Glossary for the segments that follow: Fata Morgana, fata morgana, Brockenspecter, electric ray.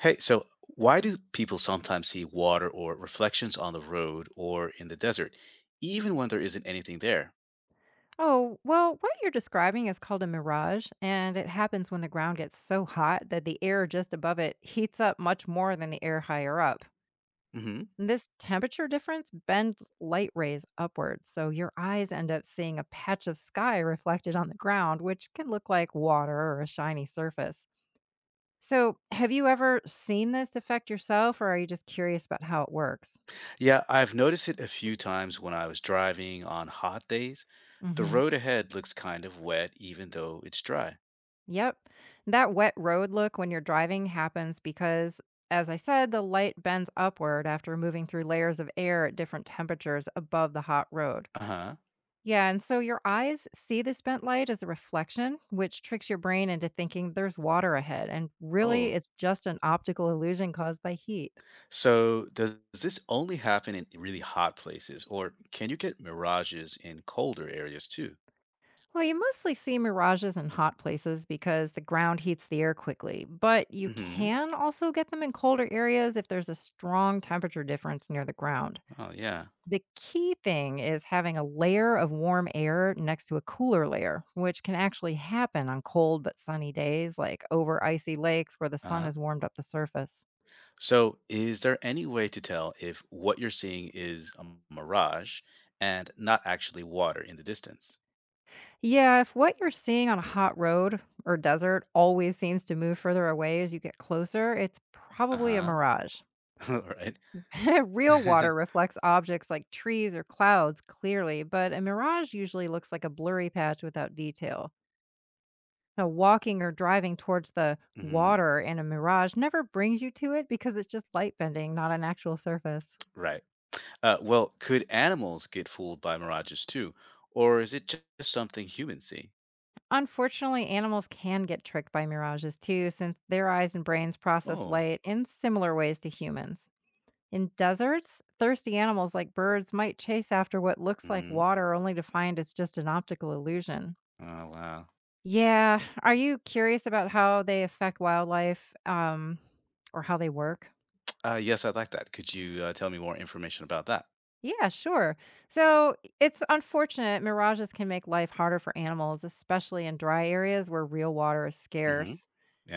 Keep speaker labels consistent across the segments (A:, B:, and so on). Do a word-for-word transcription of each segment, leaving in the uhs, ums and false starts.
A: Hey, so why do people sometimes see water or reflections on the road or in the desert, even when there isn't anything there?
B: Oh, well, what you're describing is called a mirage, and it happens when the ground gets so hot that the air just above it heats up much more than the air higher up.
A: Hmm.
B: This temperature difference bends light rays upwards, so your eyes end up seeing a patch of sky reflected on the ground, which can look like water or a shiny surface. So, have you ever seen this effect yourself, or are you just curious about how it works?
A: Yeah, I've noticed it a few times when I was driving on hot days. The
B: Mm-hmm.
A: road ahead looks kind of wet, even though it's dry.
B: Yep. That wet road look when you're driving happens because, as I said, the light bends upward after moving through layers of air at different temperatures above the hot road.
A: Uh huh.
B: Yeah, and so your eyes see this bent light as a reflection, which tricks your brain into thinking there's water ahead. And really,
A: Oh.
B: it's just an optical illusion caused by heat.
A: So, does this only happen in really hot places, or can you get mirages in colder areas too?
B: Well, you mostly see mirages in hot places because the ground heats the air quickly, but you
A: Hmm.
B: can also get them in colder areas if there's a strong temperature difference near the ground.
A: Oh, yeah.
B: The key thing is having a layer of warm air next to a cooler layer, which can actually happen on cold but sunny days, like over icy lakes where the
A: Uh
B: sun
A: huh.
B: has warmed up the surface.
A: So, is there any way to tell if what you're seeing is a mirage and not actually water in the distance?
B: Yeah, if what you're seeing on a hot road or desert always seems to move further away as you get closer, it's
A: Uh
B: probably a
A: huh.
B: mirage.
A: All right.
B: Real water reflects objects like trees or clouds clearly, but a mirage usually looks like a blurry patch without detail. Now, walking or driving towards the
A: Mhm.
B: water in a mirage never brings you to it because it's just light bending, not an actual surface.
A: Right. Uh, well, could animals get fooled by mirages too, or is it just something humans see?
B: Unfortunately, animals can get tricked by mirages too, since their eyes and brains process
A: Oh.
B: light in similar ways to humans. In deserts, thirsty animals like birds might chase after what looks like
A: Hmm.
B: water only to find it's just an optical illusion.
A: Oh wow.
B: Yeah. Are you curious about how they affect wildlife um, or how they work?
A: Uh, yes, I'd like that. Could you uh, tell me more information about that?
B: Yeah, sure. So it's unfortunate mirages can make life harder for animals, especially in dry areas where real water is
A: Hmm.
B: scarce.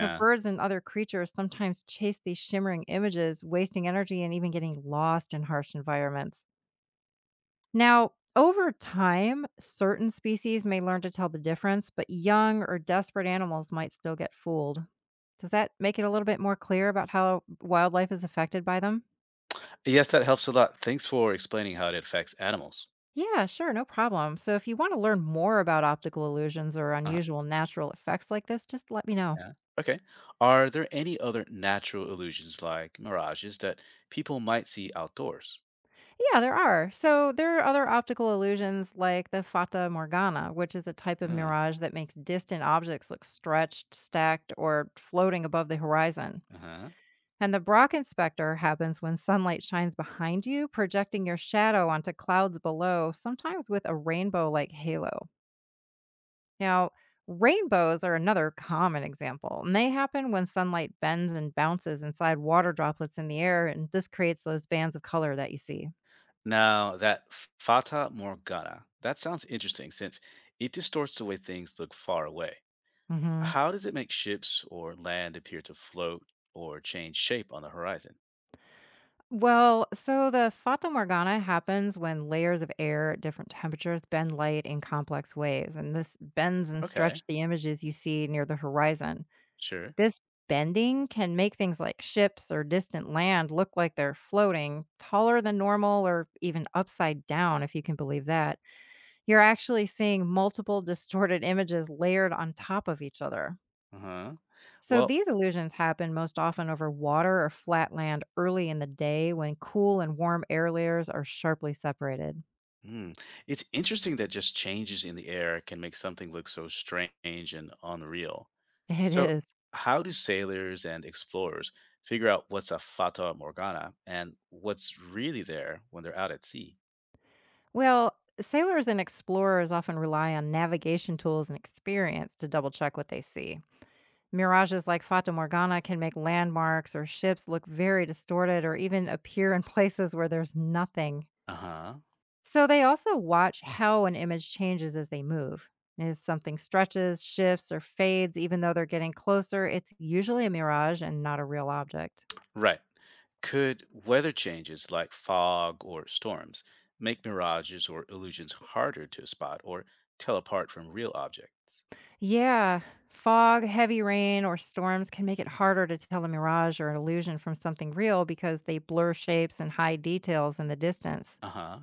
B: You know, birds and other creatures sometimes chase these shimmering images, wasting energy and even getting lost in harsh environments. Now, over time, certain species may learn to tell the difference, but young or desperate animals might still get fooled. Does that make it a little bit more clear about how wildlife is affected by them?
A: Yes, that helps a lot. Thanks for explaining how it affects animals.
B: Yeah, sure, no problem. So if you want to learn more about optical illusions or unusual natural effects like this, just let me know.
A: Yeah. Okay. Are there any other natural illusions like mirages that people might see outdoors?
B: Yeah, there are. So there are other optical illusions like the fata morgana, which is a type of
A: Oh,
B: mirage that makes distant objects look stretched, stacked, or floating above the horizon.
A: uh-huh.
B: And the Brockenspecter happens when sunlight shines behind you, projecting your shadow onto clouds below, sometimes with a rainbow like halo. Now, rainbows are another common example, and they happen when sunlight bends and bounces inside water droplets in the air, and this creates those bands of color that you see.
A: Now, that Fata Morgana, that sounds interesting since it distorts the way things look far away.
B: Hmm.
A: How does it make ships or land appear to float or change shape on the horizon?
B: Well, so the fata morgana happens when layers of air at different temperatures bend light in complex ways, and this bends and
A: Okay,
B: stretches the images you see near the horizon.
A: sure.
B: This bending can make things like ships or distant land look like they're floating, taller than normal, or even upside down, if you can believe that. You're actually seeing multiple distorted images layered on top of each other.
A: Uh-huh.
B: So
A: Well,
B: these illusions happen most often over water or flat land early in the day when cool and warm air layers are sharply separated.
A: hmm, it's interesting that just changes in the air can make something look so strange and unreal.
B: It
A: So,
B: is.
A: how do sailors and explorers figure out what's a Fata Morgana and what's really there when they're out at sea?
B: Well, sailors and explorers often rely on navigation tools and experience to double check what they see. Mirages like Fata Morgana can make landmarks or ships look very distorted or even appear in places where there's nothing.
A: Uh huh.
B: So they also watch how an image changes as they move. If something stretches, shifts, or fades, even though they're getting closer, it's usually a mirage and not a real object.
A: Right. Could weather changes like fog or storms make mirages or illusions harder to spot or tell apart from real objects?
B: Yeah, fog, heavy rain, or storms can make it harder to tell a mirage or an illusion from something real because they blur shapes and hide details in the distance.
A: Uh huh.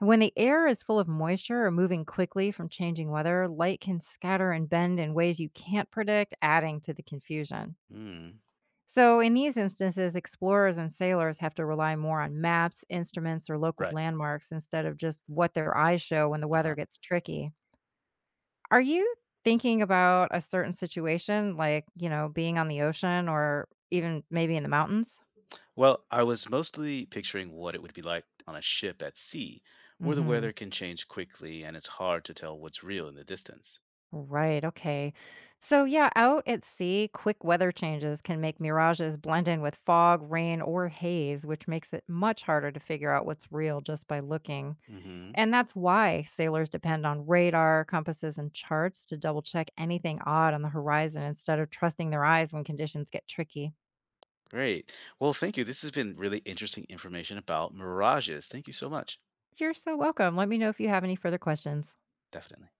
B: And when the air is full of moisture or moving quickly from changing weather, light can scatter and bend in ways you can't predict, adding to the confusion.
A: Hmm.
B: So, in these instances, explorers and sailors have to rely more on maps, instruments, or local
A: Right.
B: landmarks instead of just what their eyes show when the
A: Uh
B: weather
A: huh.
B: gets tricky. Are you thinking about a certain situation, like, you know, being on the ocean or even maybe in the mountains?
A: Well, I was mostly picturing what it would be like on a ship at sea, where the
B: Hmm.
A: weather can change quickly and it's hard to tell what's real in the distance.
B: Right. Okay. So, yeah, out at sea, quick weather changes can make mirages blend in with fog, rain, or haze, which makes it much harder to figure out what's real just by looking.
A: Mm hmm.
B: And that's why sailors depend on radar, compasses, and charts to double check anything odd on the horizon instead of trusting their eyes when conditions get tricky.
A: Great. Well, thank you. This has been really interesting information about mirages. Thank you so much.
B: You're so welcome. Let me know if you have any further questions.
A: Definitely.